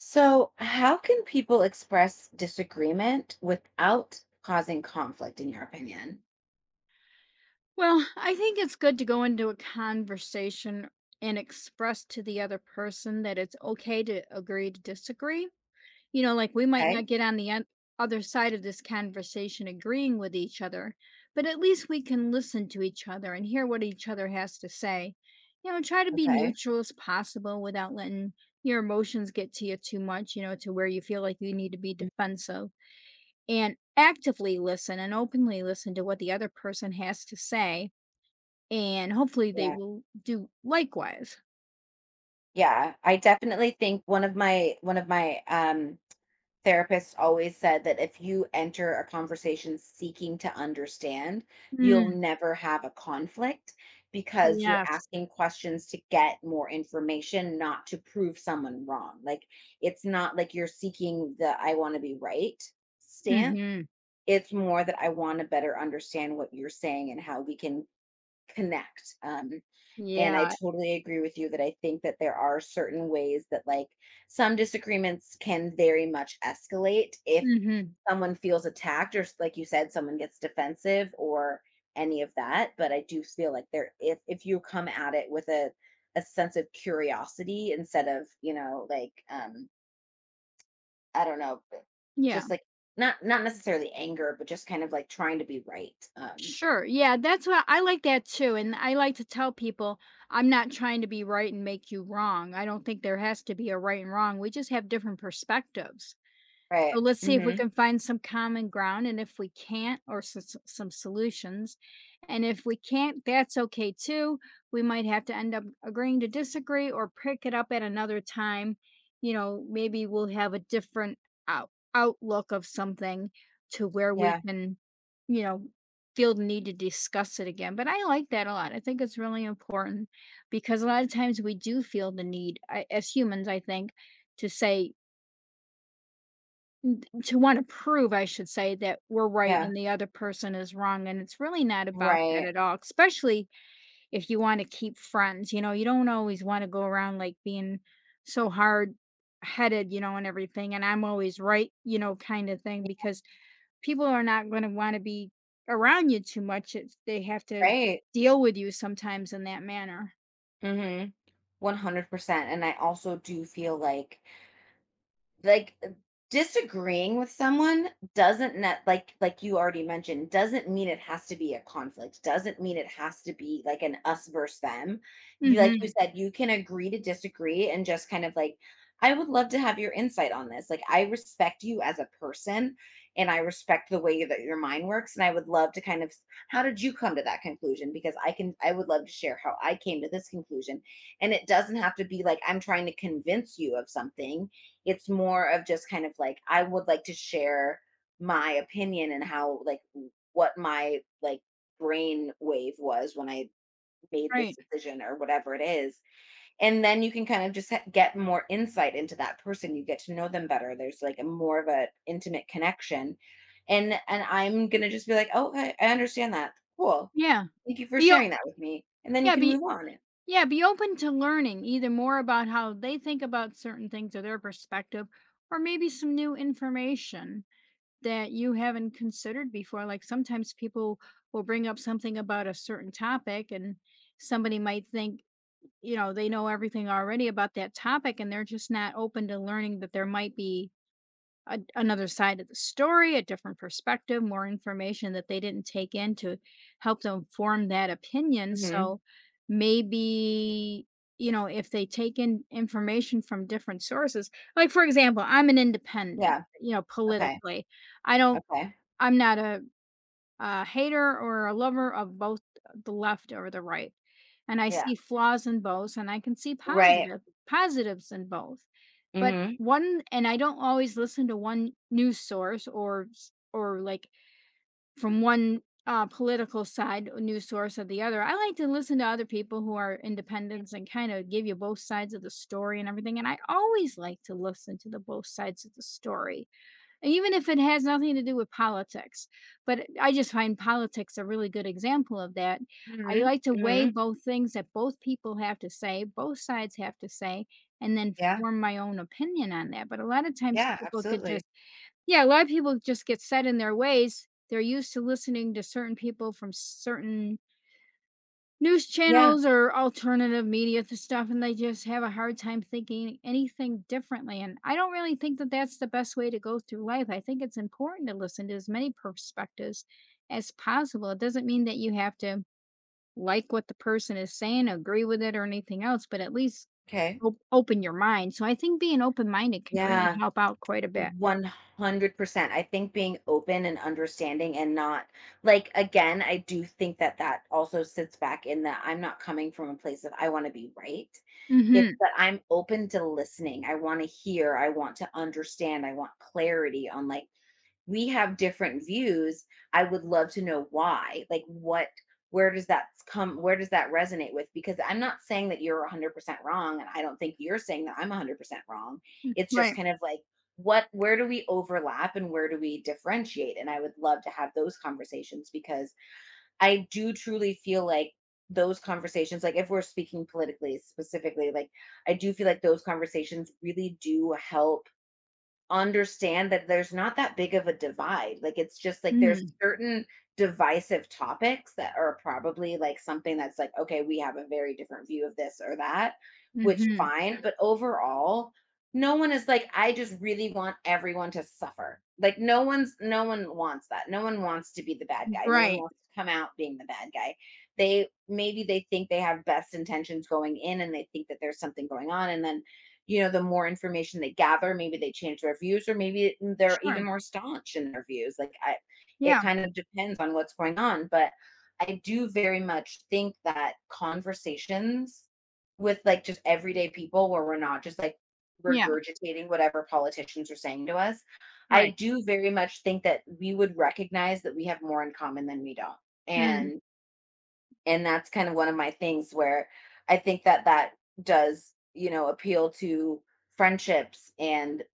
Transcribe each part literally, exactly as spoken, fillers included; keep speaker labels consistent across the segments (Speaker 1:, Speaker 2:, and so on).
Speaker 1: So, how can people express disagreement without causing conflict, in your opinion?
Speaker 2: Well, I think it's good to go into a conversation and express to the other person that it's okay to agree to disagree. You know, like we might
Speaker 1: Okay.
Speaker 2: not get on the en- other side of this conversation agreeing with each other, but at least we can listen to each other and hear what each other has to say. You know, try to be
Speaker 1: Okay.
Speaker 2: neutral as possible without letting your emotions get to you too much, you know, to where you feel like you need to be
Speaker 1: Mm.
Speaker 2: defensive and actively listen and openly listen to what the other person has to say and hopefully they
Speaker 1: Yeah.
Speaker 2: will do likewise.
Speaker 1: Yeah. I definitely think one of my one of my um therapists always said that if you enter a conversation seeking to understand, you'll
Speaker 2: Mm,
Speaker 1: never have a conflict because you're
Speaker 2: yes.
Speaker 1: asking questions to get more information, not to prove someone wrong. Like it's not like you're seeking the I want to be right stance.
Speaker 2: Mhm.
Speaker 1: It's more that I wanna better understand what you're saying and how we can connect, um, and I
Speaker 2: Yeah.
Speaker 1: totally agree with you that I think that there are certain ways that, like, some disagreements can very much escalate if
Speaker 2: Mhm.
Speaker 1: someone feels attacked or s like you said, someone gets defensive or any of that, but I do feel like there, if if you come at it with a a sense of curiosity instead of, you know, like, um I don't know, but
Speaker 2: Yeah.
Speaker 1: just like not not necessarily anger, but just kind of like trying to be right. Um,
Speaker 2: Sure. Yeah, that's what I like that too, and I like to tell people, "I'm not trying to be right and make you wrong." I don't think there has to be a right and wrong, we just have different perspectives. So
Speaker 1: right.
Speaker 2: let's see if we
Speaker 1: Mm-hmm.
Speaker 2: can find some common ground, and if we can't, or s s some solutions, and if we can't, that's okay too. We might have to end up agreeing to disagree or pick it up at another time. You know, maybe we'll have a different out outlook of something to where we
Speaker 1: Yeah.
Speaker 2: can, you know, feel the need to discuss it again. But I like that a lot. I think it's really important because a lot of times we do feel the need, I, as humans, I think, to say, to wanna prove, I should say, that we're right
Speaker 1: Yeah.
Speaker 2: and the other person is wrong, and it's really not about that
Speaker 1: Right.
Speaker 2: at all, especially if you wanna keep friends, you know, you don't always wanna go around, like, being so hard-headed, you know, and everything, and I'm always right, you know, kinda thing, because people are not gonna wanna be around you too much if they have to
Speaker 1: Right.
Speaker 2: deal with you sometimes in that manner.
Speaker 1: Mm-hmm. One hundred percent. And I also do feel like like uh, disagreeing with someone doesn't net like like you already mentioned, doesn't mean it has to be a conflict, doesn't mean it has to be like an us versus them. You Like you
Speaker 2: Mhm,
Speaker 1: said, you can agree to disagree and just kind of like, I would love to have your insight on this. Like, I respect you as a person and I respect the way that your mind works, and I would love to kind of, how did you come to that conclusion? Because i can I would love to share how I came to this conclusion, and it doesn't have to be like I'm trying to convince you of something. It's more of just kind of like, I would like to share my opinion and how, like, what my, like, brain wave was when I made this
Speaker 2: right.
Speaker 1: decision or whatever it is. And then you can kind of just ha- get more insight into that person. You get to know them better. There's like a more of a intimate connection. And and I'm gonna just be like, oh, okay, I understand that. Cool.
Speaker 2: Yeah.
Speaker 1: Thank you for
Speaker 2: But You'll
Speaker 1: sharing that with me. And then you
Speaker 2: yeah,
Speaker 1: can
Speaker 2: be
Speaker 1: move on.
Speaker 2: Yeah, be open to learning either more about how they think about certain things or their perspective, or maybe some new information that you haven't considered before. Like sometimes people will bring up something about a certain topic, and somebody might think, you know, they know everything already about that topic, and they're just not open to learning that there might be a, another side of the story, a different perspective, more information that they didn't take in to help them form that opinion.
Speaker 1: Hmm.
Speaker 2: So maybe, you know, if they take in information from different sources, like for example, I'm an independent,
Speaker 1: Yeah.
Speaker 2: you know,
Speaker 1: Okay.
Speaker 2: politically. I don't,
Speaker 1: Okay.
Speaker 2: I'm not a a hater or a lover of both the left or the right. And I
Speaker 1: Yeah.
Speaker 2: see flaws in both and I can see
Speaker 1: Right.
Speaker 2: positive positives in both. But
Speaker 1: Mm-hmm.
Speaker 2: one and I don't always listen to one news source or s- or like from one uh, political side or news source or the other. I like to listen to other people who are independents and kind of give you both sides of the story and everything. And I always like to listen to the both sides of the story even if it has nothing to do with politics, but I just find politics a really good example of that. I
Speaker 1: Mm-hmm.
Speaker 2: like to weigh
Speaker 1: Mm-hmm.
Speaker 2: both things that both people have to say, both sides have to say, and then
Speaker 1: Yeah,
Speaker 2: form my own opinion on that. But a lot of times
Speaker 1: yeah,
Speaker 2: people could
Speaker 1: absolutely.
Speaker 2: just, yeah, a lot of people just get set in their ways. They're used to listening to certain people from certain news
Speaker 1: Yeah.
Speaker 2: channels or alternative media to stuff, and they just have a hard time thinking anything differently. And I don't really think that that's the best way to go through life. I think it's important to listen to as many perspectives as possible. It doesn't mean that you have to like what the person is saying, agree with it or anything else, but at least
Speaker 1: Okay.
Speaker 2: op- open your mind. So I think being open-minded can really
Speaker 1: Yeah,
Speaker 2: help out quite a bit.
Speaker 1: one hundred percent. I think being open and understanding, and not, like, again, I do think that that also sits back in that I'm not coming from a place of I want to be right. It's
Speaker 2: Mm-hmm.
Speaker 1: that I'm open to listening. I want to hear, I want to understand, I want clarity on, like, we have different views. I would love to know why, like, what, where does that come where does that resonate with? Because I'm not saying that you're one hundred percent wrong, and I don't think you're saying that I'm one hundred percent wrong. It's just
Speaker 2: Right.
Speaker 1: kind of like, what where do we overlap and where do we differentiate? And I would love to have those conversations, because I do truly feel like those conversations, like, if we're speaking politically specifically, like, I do feel like those conversations really do help understand that there's not that big of a divide. Like, it's just like there's
Speaker 2: Mm-hmm.
Speaker 1: certain divisive topics that are probably like something that's like, okay, we have a very different view of this or that, which
Speaker 2: Mm-hmm.
Speaker 1: fine. But overall, no one is like, I just really want everyone to suffer. Like, no one's no one wants that. No one wants to be the bad guy. No one
Speaker 2: Right.
Speaker 1: wants to come out being the bad guy. They, maybe they think they have best intentions going in, and they think that there's something going on, and then, you know, the more information they gather, maybe they change their views, or maybe they're even
Speaker 2: Sure.
Speaker 1: more staunch in their views. Like I, it
Speaker 2: Yeah.
Speaker 1: kind of depends on what's going on. But I do very much think that conversations with, like, just everyday people where we're not just like
Speaker 2: Yeah.
Speaker 1: regurgitating whatever politicians are saying to us, I
Speaker 2: Right.
Speaker 1: do very much think that we would recognize that we have more in common than we don't.
Speaker 2: Mm.
Speaker 1: And and that's kind of one of my things, where I think that that does, you know, appeal to friendships and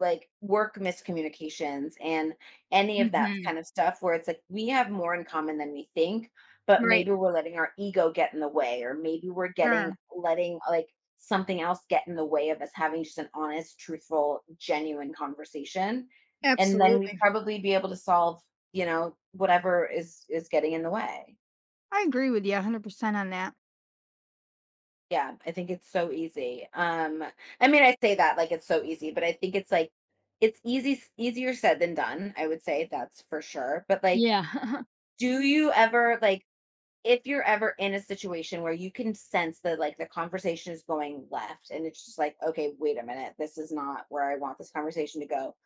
Speaker 1: like work miscommunications and any of that
Speaker 2: Mm-hmm.
Speaker 1: kind of stuff, where it's like we have more in common than we think, but
Speaker 2: Right.
Speaker 1: maybe we're letting our ego get in the way, or maybe we're getting
Speaker 2: Sure.
Speaker 1: letting, like, something else get in the way of us having just an honest, truthful, genuine conversation, and then we
Speaker 2: Absolutely.
Speaker 1: probably be able to solve, you know, whatever is is getting in the way.
Speaker 2: I agree with you one hundred percent on that.
Speaker 1: Yeah, I think it's so easy. Um, I mean, I say that like it's so easy, but I think it's like it's easy s- easier said than done. I would say that's for sure. But like,
Speaker 2: Yeah.
Speaker 1: do you ever like, if you're ever in a situation where you can sense that like the conversation is going left, and it's just like, okay, wait a minute, this is not where I want this conversation to go.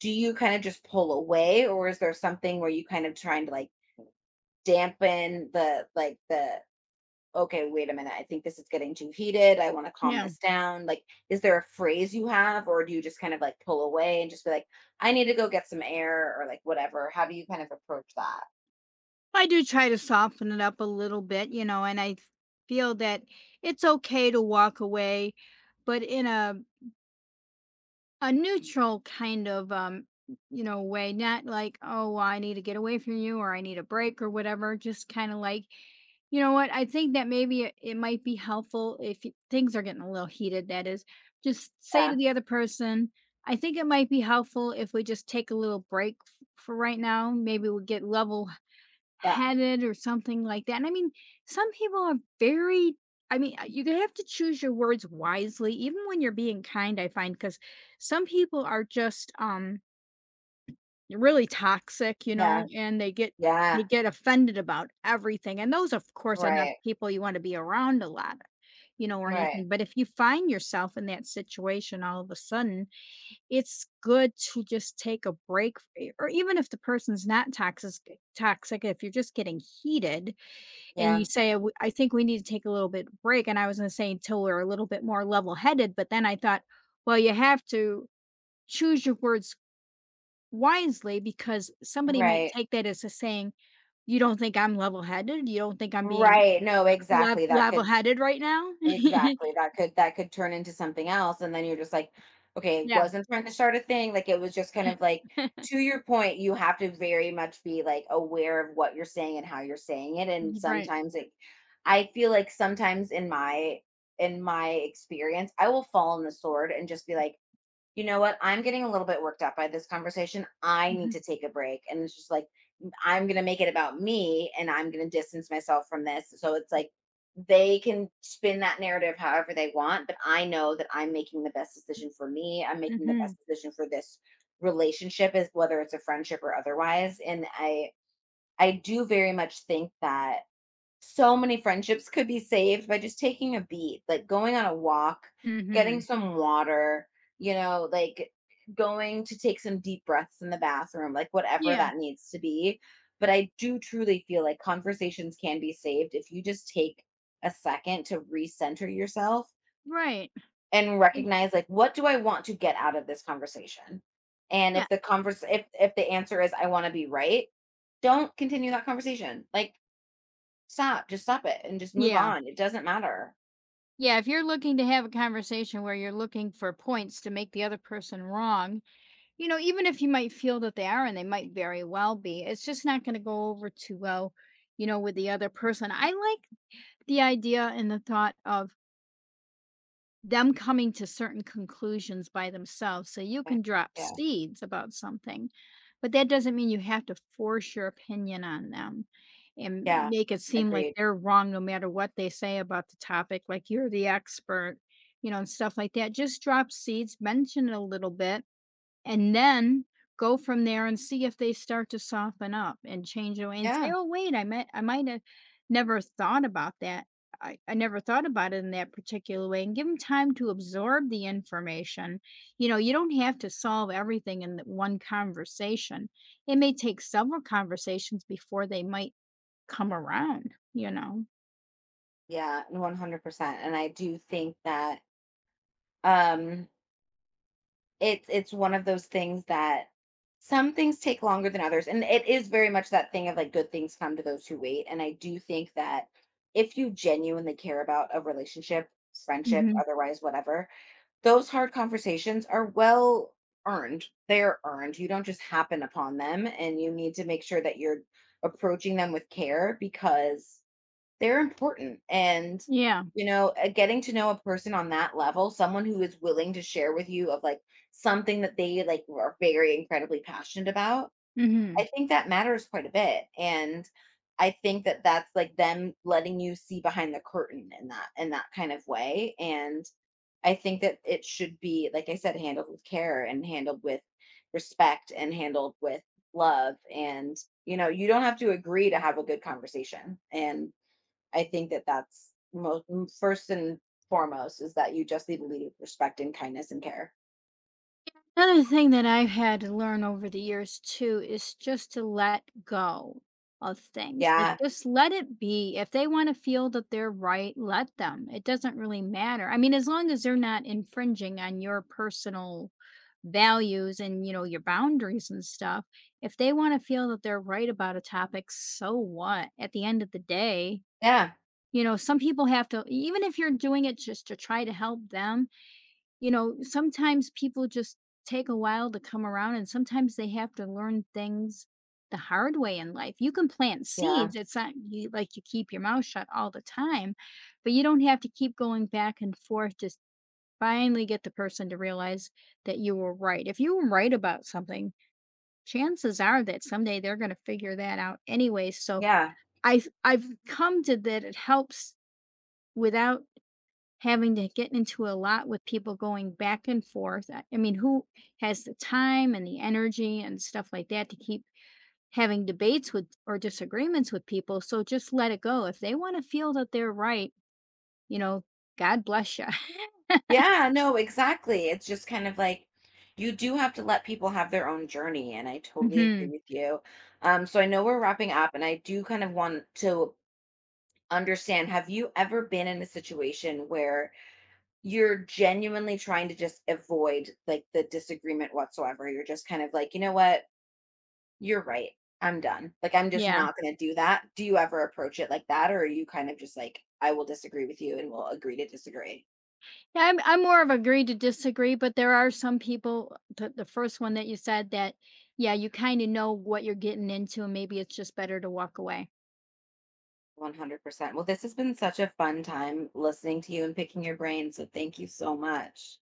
Speaker 1: Do you kind of just pull away, or is there something where you kind of trying to like dampen the, like the okay, wait a minute, I think this is getting too heated, I want to calm
Speaker 2: Yeah.
Speaker 1: this down. Like, is there a phrase you have, or do you just kind of like pull away and just be like, I need to go get some air or like whatever? How do you kind of approach that?
Speaker 2: I do try to soften it up a little bit, you know, and I feel that it's okay to walk away, but in a a neutral kind of um you know way, not like, oh well, I need to get away from you, or I need a break, or whatever. Just kind of like, you know what, I think that maybe it, it might be helpful if y- things are getting a little heated, that is, just say to
Speaker 1: Yeah,
Speaker 2: the other person, I think it might be helpful if we just take a little break f- for right now. Maybe we'll get level
Speaker 1: yeah,
Speaker 2: headed or something like that. And I mean, some people are very, I mean, uh, you have to choose your words wisely even when you're being kind, I find, because some people are just, um, really toxic, you
Speaker 1: yeah,
Speaker 2: know, and they get they
Speaker 1: yeah.
Speaker 2: get offended about everything, and those, of course, are not
Speaker 1: Right,
Speaker 2: the people you wanna be around a lot, you know, or
Speaker 1: right.
Speaker 2: anything, but if you find yourself in that situation all of a sudden, it's good to just take a break, e or even if the person's not toxic, toxic, if you're just getting heated and you
Speaker 1: Yeah,
Speaker 2: say, "W I think we need to take a little bit break," and I was gonna say until we're a little bit more level-headed, but then I thought, well, you have to choose your words wisely because somebody might
Speaker 1: right,
Speaker 2: take that as a saying, "You don't think I'm level-headed? You don't think I'm being
Speaker 1: right. No,
Speaker 2: lev
Speaker 1: exactly. That could
Speaker 2: level-headed right now?"
Speaker 1: Exactly, that could that could turn into something else, and then you're just like, "Okay,
Speaker 2: Yeah.
Speaker 1: wasn't trying to start a thing," like, it was just kind of like, to your point, you have to very much be, like, aware of what you're saying and how you're saying it, and
Speaker 2: Right.
Speaker 1: sometimes it I feel like sometimes in my in my experience, I will fall on the sword and just be like, you know what? I'm getting a little bit worked up by this conversation. I need
Speaker 2: Mhm.
Speaker 1: to take a break. And it's just like, I'm going to make it about me and I'm going to distance myself from this. So it's like, they can spin that narrative however they want, but I know that I'm making the best decision for me. I'm making the best
Speaker 2: Mhm.
Speaker 1: decision for this relationship, is whether it's a friendship or otherwise. And I, I do very much think that so many friendships could be saved by just taking a beat, like going on a walk, getting
Speaker 2: Mhm.
Speaker 1: some water, you know, like going to take some deep breaths in the bathroom, like whatever
Speaker 2: Yeah.
Speaker 1: that needs to be. But I do truly feel like conversations can be saved if you just take a second to recenter yourself
Speaker 2: Right.
Speaker 1: and
Speaker 2: Mm,
Speaker 1: recognize, like, what do I want to get out of this conversation? And
Speaker 2: yeah.
Speaker 1: if the converse if if the answer is I want to be right, don't continue that conversation. Like, stop, just stop it and just move
Speaker 2: Yeah.
Speaker 1: on. It doesn't matter.
Speaker 2: Yeah, if you're looking to have a conversation where you're looking for points to make the other person wrong, you know, even if you might feel that they are and they might very well be, it's just not going to go over too well, you know, with the other person. I like the idea and the thought of them coming to certain conclusions by themselves. So you
Speaker 1: Yeah,
Speaker 2: can drop
Speaker 1: yeah,
Speaker 2: seeds about something, but that doesn't mean you have to force your opinion on them and
Speaker 1: yeah,
Speaker 2: make it seem like
Speaker 1: agreed.
Speaker 2: they're wrong no matter what they say about the topic, like you're the expert, you know, and stuff like that. Just drop seeds, mention it a little bit, and then go from there and see if they start to soften up and change away and say,
Speaker 1: Yeah,
Speaker 2: "Oh, wait, I might I might have never thought about that. I, I never thought about it in that particular way." And give them time to absorb the information. You know, you don't have to solve everything in that one conversation. It may take several conversations before they might come around, you know.
Speaker 1: yeah, one hundred percent, and I do think that, um, it's it's one of those things that some things take longer than others, and it is very much that thing of, like, good things come to those who wait, and I do think that if you genuinely care about a relationship, friendship,
Speaker 2: Hmm.
Speaker 1: otherwise, whatever, those hard conversations are well earned. They're earned. You don't just happen upon them, and you need to make sure that you're approaching them with care, because they're important. And,
Speaker 2: Yeah.
Speaker 1: you know, uh, getting to know a person on that level, someone who is willing to share with you of like something that they, like, are very incredibly passionate about,
Speaker 2: Hmm.
Speaker 1: I think that matters quite a bit. And I think that that's like them letting you see behind the curtain in that in that kind of way, and I think that it should be, like I said, handled with care and handled with respect and handled with love. And, you know, you don't have to agree to have a good conversation. And I think that that's most first and foremost, is that you just need to lead with respect and kindness and care.
Speaker 2: Another thing that I've had to learn over the years too is just to let go of things. Like,
Speaker 1: Yeah.
Speaker 2: just let it be. If they want to feel that they're right, let them. It doesn't really matter. I mean, as long as they're not infringing on your personal values and, you know, your boundaries and stuff, if they want to feel that they're right about a topic, so what? At the end of the day,
Speaker 1: Yeah.
Speaker 2: you know, some people have to, even if you're doing it just to try to help them, you know, sometimes people just take a while to come around, and sometimes they have to learn things the hard way in life. You can plant
Speaker 1: Yeah.
Speaker 2: seeds. It's not you like you keep your mouth shut all the time, but you don't have to keep going back and forth to s- finally get the person to realize that you were right. If you were right about something, chances are that someday they're going to figure that out anyway. So
Speaker 1: Yeah.
Speaker 2: I've I've come to that, it helps without having to get into a lot with people going back and forth. I I mean, who has the time and the energy and stuff like that to keep having debates with or disagreements with people? So just let it go. If they want to feel that they're right, you know, God bless you.
Speaker 1: Yeah. No, exactly. It's just kind of like, you do have to let people have their own journey, and I totally agree
Speaker 2: Hmm.
Speaker 1: with you. Um, so, I know we're wrapping up, and I do kind of want to understand, have you ever been in a situation where you're genuinely trying to just avoid like the disagreement whatsoever? You're just kind of like, you know what, you're right, I'm done, like, I'm just
Speaker 2: Yeah.
Speaker 1: not going to do that. Do you ever approach it like that, or are you kind of just like, I will disagree with you, and we'll agree to disagree?
Speaker 2: Yeah, I'm, I'm, more of agree to disagree, but there are some people, the, the first one that you said that, yeah, you kind of know what you're getting into, and maybe it's just better to walk away.
Speaker 1: one hundred percent. Well, this has been such a fun time listening to you and picking your brain, so thank you so much.